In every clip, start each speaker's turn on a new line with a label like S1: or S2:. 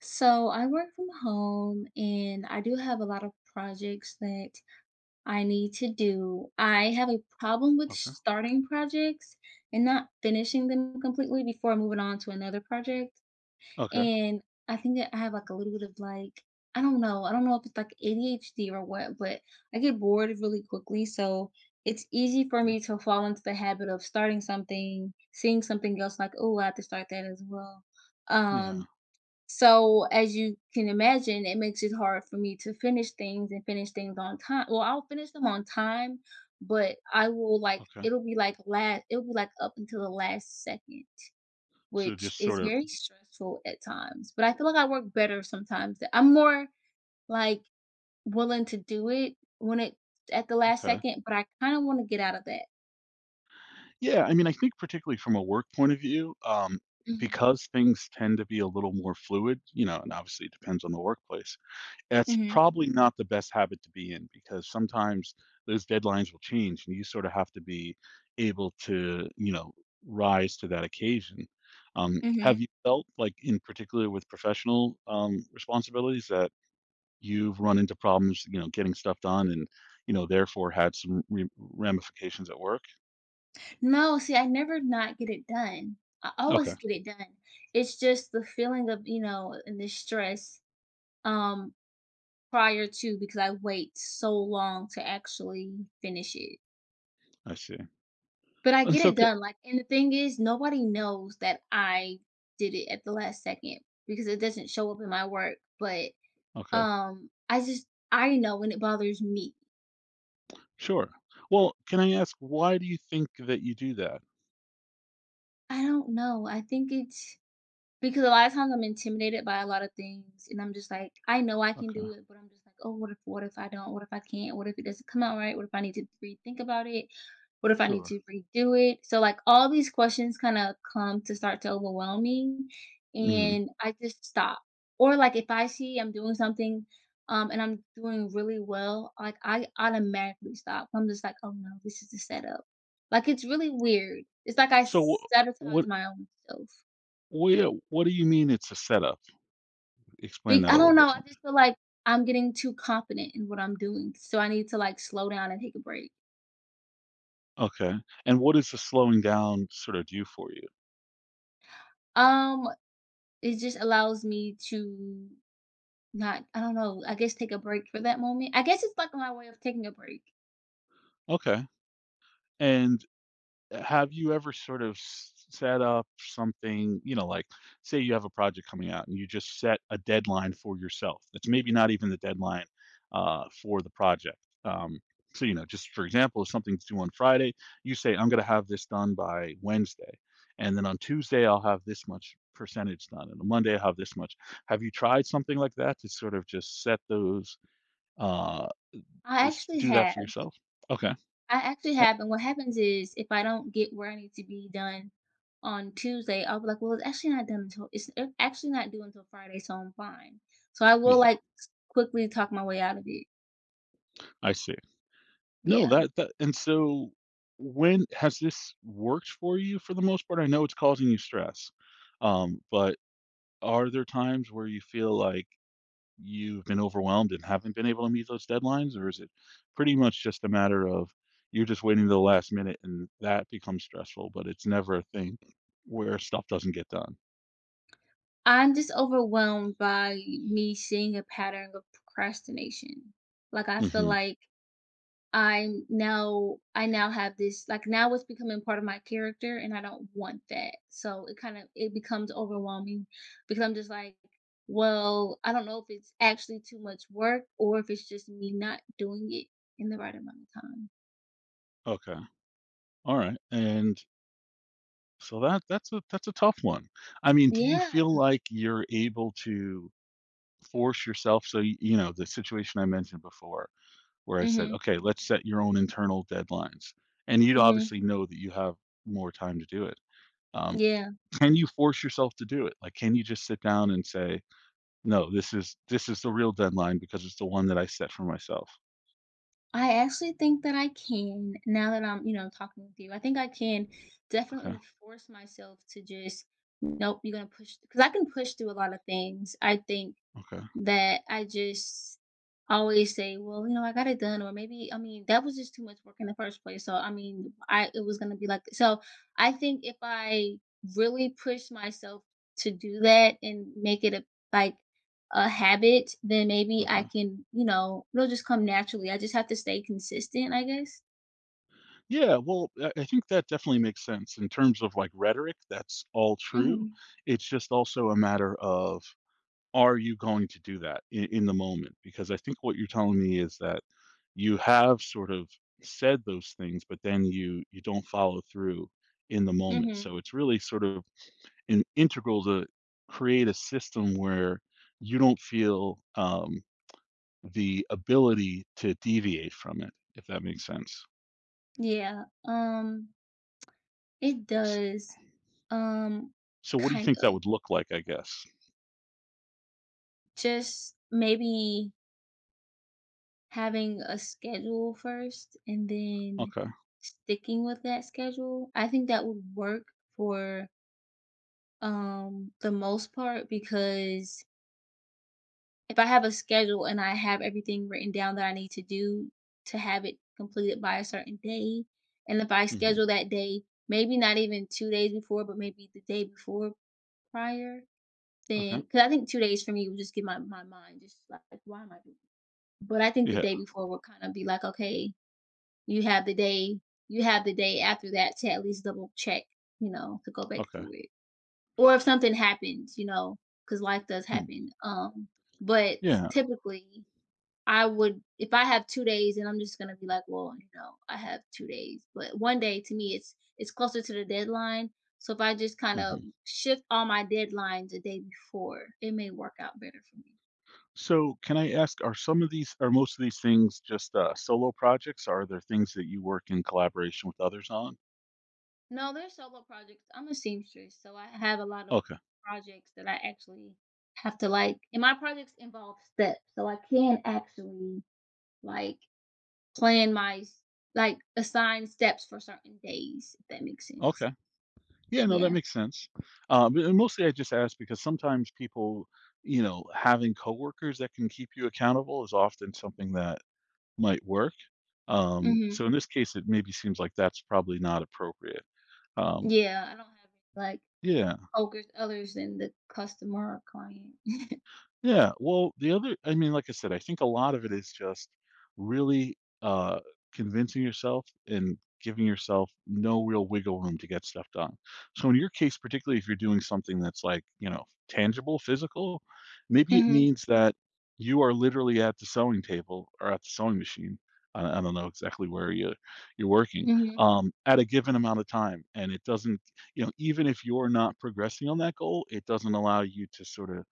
S1: So I work from home and I do have a lot of projects that I need to do. I have a problem with
S2: Okay.
S1: starting projects and not finishing them completely before moving on to another project.
S2: Okay.
S1: And I think that I have like a little bit of like, I don't know. I don't know if it's like ADHD or what, but I get bored really quickly. So it's easy for
S2: Okay.
S1: me to fall into the habit of starting something, seeing something else like, oh, I have to start that as well.
S2: Yeah.
S1: Um, so, as you can imagine, it makes it hard for me to finish things and finish things on time. Well, I'll finish them on time, but I will like
S2: Okay.
S1: it'll be like last it'll be like up until the last second,
S2: So
S1: which
S2: just
S1: is
S2: sort of
S1: very stressful at times. But I feel like I work better sometimes that I'm more like willing to do it when it at the last
S2: okay.
S1: second, but I kind of want to get out of that.
S2: Yeah, I mean, I think particularly from a work point of view,
S1: Mhm.
S2: because things tend to be a little more fluid, you know, and obviously it depends on the workplace. That's
S1: Mhm.
S2: probably not the best habit to be in because sometimes those deadlines will change and you sort of have to be able to, you know, rise to that occasion. Have
S1: Mhm.
S2: you felt like in particular with professional responsibilities that you've run into problems, you know, getting stuff done and you know, therefore had some ramifications at work?
S1: No, see, I never not get it done. I
S2: Okay,
S1: always get it done. It's just the feeling of, and the stress um prior to because I wait so long to actually finish it.
S2: I see.
S1: But I
S2: And
S1: get
S2: so,
S1: it
S2: c-
S1: done. Like, and the thing is, nobody knows that I did it at the last second because it doesn't show up in my work. But
S2: okay,
S1: um I just I know when it bothers me.
S2: sure. Well, can I ask, why do you think that you do that?
S1: I don't know. I think it's Because a lot of times I'm intimidated by a lot of things, and I'm just like, I know I can
S2: Okay,
S1: do it, but I'm just like, "Oh, what if I don't? What if I can't? What if it doesn't come out right? What if I need to rethink about it? What if I need
S2: sure.
S1: to redo it?" So, like, all these questions kinda come to start to overwhelm me,
S2: hmm
S1: and I just stop. Or, like, if I see I'm doing something, and I'm doing really well, like, I automatically stop. I'm just like, "Oh, no. This is a setup." Like, it's really weird. It's like I
S2: So,
S1: sabotage my own self.
S2: what do you mean it's a setup? Explain
S1: Be
S2: that
S1: I
S2: a little
S1: don't know,
S2: bit for
S1: I
S2: me.
S1: just feel like I'm getting too confident in what I'm doing, so I need to, like, slow down and take a break.
S2: Okay. And what is the slowing down sort of do for you?
S1: Um, it just allows me to not I don't know, I guess take a break for that moment. I guess it's like my way of taking a break.
S2: Okay. And have you ever sort of set up something, you know, like say you have a project coming out and you just set a deadline for yourself? It's maybe not even the deadline for the project. Um, so, you know, just for example, if something's due on Friday, you say, I'm going to have this done by Wednesday. And then on Tuesday, I'll have this much percentage done. And on Monday, I'll have this much. Have you tried something like that to sort of just set those, uh,
S1: I actually
S2: do that for
S1: have.
S2: yourself? Okay.
S1: I actually
S2: Eh,
S1: have, and what happens is if I don't get where I need to be done on Tuesday, I'll be like, "Well, it's actually not done until it's a actually not due until Friday, so I'm fine." So I will,
S2: Yeah,
S1: like, s quickly talk my way out of it.
S2: I see. No,
S1: Yeah.
S2: that and so, when has this worked for you for the most part? I know it's causing you stress, but are there times where you feel like you've been overwhelmed and haven't been able to meet those deadlines, or is it pretty much just a matter of you're just waiting to the last minute and that becomes stressful, but it's never a thing where stuff doesn't get done?
S1: I'm just overwhelmed by me seeing a pattern of procrastination. Like I feel
S2: hmm
S1: like I now have this like now it's becoming part of my character and I don't want that. So it kind of it becomes overwhelming because I'm just like, well, I don't know if it's actually too much work or if it's just me not doing it in the right amount of time.
S2: Okay. All right. And so that's a that's a tough one. I mean, do you
S1: Yeah.
S2: feel like you're able to force yourself? So, you know, the situation I mentioned before where I said,
S1: Mhm.
S2: okay, let's set your own internal deadlines, and you'd
S1: Mhm.
S2: obviously know that you have more time to do it, um,
S1: Yeah.
S2: can you force yourself to do it? Like, can you just sit down and say, no, this is the real deadline because it's the one that I set for myself?
S1: I actually think that I can now that I'm, talking with you. I think I can
S2: Okay.
S1: definitely force myself to just nope, you're gonna push because I can push through a lot of things. I think
S2: Okay.
S1: that I just always say, "Well, you know, I got it done," or maybe, I mean, that was just too much work in the first place. So, I mean, I it was gonna be like so I think if I really push myself to do that and make it a like a habit, then maybe I
S2: Okay.
S1: can, it'll just come naturally. I just have to stay consistent, I guess.
S2: Yeah, well, I think that definitely makes sense in terms of like rhetoric, that's all true.
S1: Mhm.
S2: It's just also a matter of, are you going to do that in the moment? Because I think what you're telling me is that you have sort of said those things, but then you don't follow through in the moment.
S1: Mhm.
S2: So it's really sort of an integral to create a system where you don't feel the ability to deviate from it, if that makes sense.
S1: Yeah. It
S2: S-
S1: does. Um,
S2: So what do you
S1: Kind
S2: think that
S1: of.
S2: would look like, I guess?
S1: Just maybe having a schedule first and then
S2: Okay.
S1: sticking with that schedule, I think that would work for, the most part because if I have a schedule and I have everything written down that I need to do to have it completed by a certain day, and if I schedule
S2: hmm.
S1: that day, maybe not even 2 days before, but maybe the day before prior, then
S2: Okay.
S1: because I think 2 days for me would just get my mind just like, "Why am I doing this?" But I think the
S2: Yeah.
S1: day before would kinda be like, "Okay, you have the day you have the day after that to at least double check, to go back
S2: Okay.
S1: through it. Or if something happens, because life does
S2: Hmm.
S1: happen. But
S2: Yeah.
S1: typically I would if I have 2 days and I'm just gonna be like, well, I have 2 days. But one day to me it's closer to the deadline. So if I just kind of
S2: hmm.
S1: shift all my deadlines a day before, it may work out better for me.
S2: So, can I ask, are some of these are most of these things just, solo projects? Or are there things that you work in collaboration with others on?
S1: No, they're solo projects. I'm a seamstress, so I have a lot of
S2: Okay,
S1: projects that I actually have to like and my projects involve steps. So I can actually like plan my s- like assign steps for certain days, if that makes sense.
S2: okay. Yeah, no, that
S1: Yeah.
S2: makes sense. And mostly I just ask because sometimes people, you know, having coworkers that can keep you accountable is often something that might work.
S1: Mhm.
S2: So in this case, it maybe seems like that's probably not appropriate. Um,
S1: Yeah, I don't have like
S2: yeah.
S1: focus others than the customer or client.
S2: Yeah, well, the other, I mean, like I said, I think a lot of it is just really, convincing yourself and giving yourself no real wiggle room to get stuff done. So in your case, particularly if you're doing something that's like, you know, tangible, physical, maybe it
S1: Mhm.
S2: means that you are literally at the sewing table or at the sewing machine. I don't know exactly where you're working,
S1: Mhm.
S2: at a given amount of time, and it doesn't, you know, even if you're not progressing on that goal, it doesn't allow you to sorta,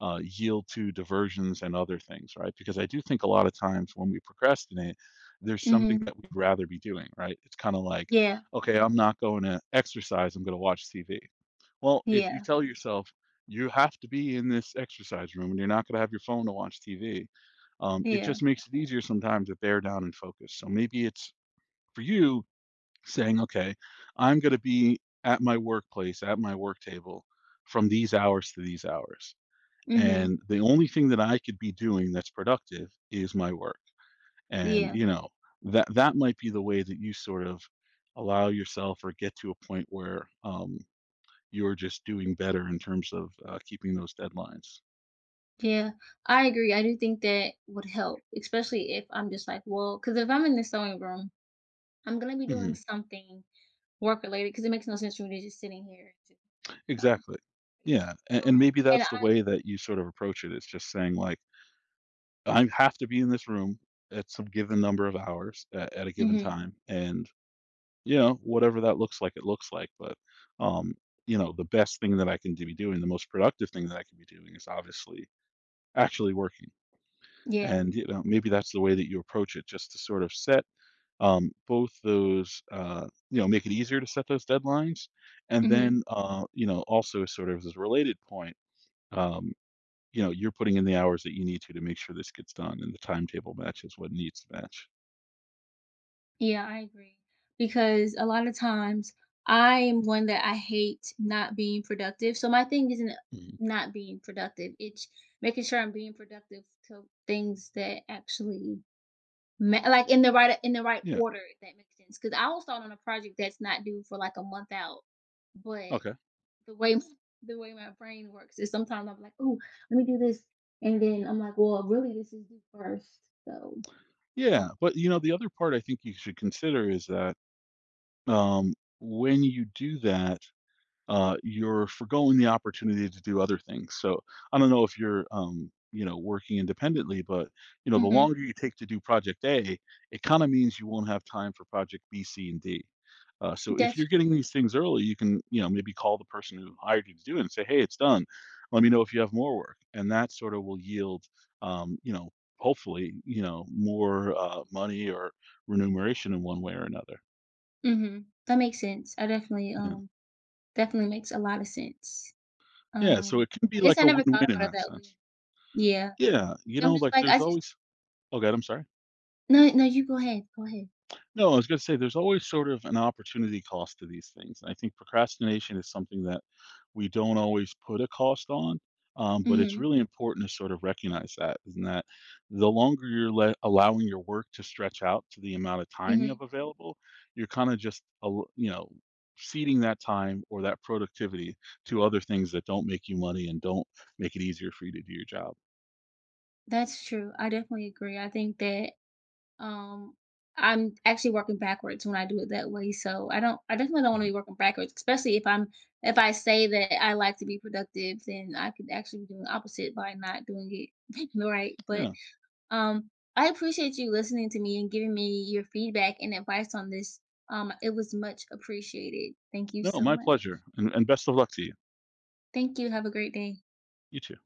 S2: yield to diversions and other things, right? Because I do think a lot of times when we procrastinate, there's something
S1: Mhm.
S2: that we'd rather be doing, right? It's kind of like,
S1: Yeah.
S2: okay, I'm not going to exercise, I'm going to watch TV. Well, if you
S1: Yeah.
S2: tell yourself you have to be in this exercise room and you're not going to have your phone to watch TV, it
S1: Yeah.
S2: just makes it easier sometimes to bear down and focus. So maybe it's for you saying, okay, I'm going to be at my workplace, at my work table from these hours to these hours,
S1: Mhm.
S2: and the only thing that I could be doing that's productive is my work. And,
S1: Yeah.
S2: you know, that might be the way that you sort of allow yourself or get to a point where you're just doing better in terms of keeping those deadlines.
S1: Yeah, I agree. I do think that would help, especially if I'm just like, well, because if I'm in the sewing room, I'm gonna be doing
S2: hmm.
S1: something work related because it makes no sense for me to just sitting here. And just not,
S2: Exactly. Yeah. And maybe
S1: and I,
S2: that's the way that you sort of approach it. It's just saying, like, I have to be in this room at some given number of hours at a given
S1: mhm,
S2: time. And you know, whatever that looks like, it looks like. But, um, you know, the best thing that I can be doing, the most productive thing that I can be doing is obviously actually working.
S1: yeah,
S2: And, you know, maybe that's the way that you approach it, just to sort of set both those, you know, make it easier to set those deadlines. And
S1: hmm
S2: then, you know, also sort of as a related point, um, you know, you're putting in the hours that you need to make sure this gets done and the timetable matches what needs to match.
S1: yeah, I agree because a lot of times I am one that I hate not being productive. So my thing isn't
S2: Mhm.
S1: not being productive; it's making sure I'm being productive to things that actually like in the right
S2: Yeah.
S1: order if that makes sense because I will start on a project that's not due for like a month out but
S2: Okay.
S1: the way the way my brain works is sometimes I'm like oh let me do this and then I'm like well really this is due first so
S2: Yeah.
S1: um,
S2: But, you know, the other part I think you should consider is that um, when you do that, you're foregoing the opportunity to do other things. So I don't know if you're, you know, working independently, but you know, the
S1: hmm
S2: longer you take to do project A, it kind of means you won't have time for project B, C, and D. So if
S1: that's
S2: you're getting these things early, you can, you know, maybe call the person who hired you to do it and say, "Hey, it's done. Let me know if you have more work." And that sort of will yield, you know, hopefully, you know, more money or remuneration in one way or another.
S1: true. That makes sense. I definitely definitely makes a lot of sense.
S2: Yeah, so
S1: um
S2: it can be
S1: I guess
S2: like
S1: I
S2: a
S1: never thought
S2: win-win in
S1: about it
S2: that
S1: that way.
S2: sense.
S1: Yeah,
S2: Yeah, you
S1: I'm
S2: know,
S1: just
S2: like
S1: like, I
S2: there's
S1: just
S2: always— Oh god, I'm sorry.
S1: no, no, you go ahead, go ahead.
S2: No, I was gonna say there's always sort of an opportunity cost to these things, and I think procrastination is something that we don't always put a cost on, but it's
S1: Mhm,
S2: really important to sort of recognize that, and that the longer you're le allowing your work to stretch out to the amount of time you
S1: mhm.
S2: have available, you're kinda just al you know, ceding that time or that productivity to other things that don't make you money and don't make it easier for you to do your job.
S1: That's true. I definitely agree. I think that, um, I'm actually working backwards when I do it that way, so I don't I definitely don't wanna be working backwards, especially if I say that I like to be productive, then I could actually be doing the opposite by not doing it right. But,
S2: Yeah.
S1: um, I appreciate you listening to me and giving me your feedback and advice on this. It was much appreciated. Thank you
S2: No,
S1: so
S2: my
S1: much.
S2: pleasure. And best of luck to you.
S1: Thank you. Have a great day.
S2: You too.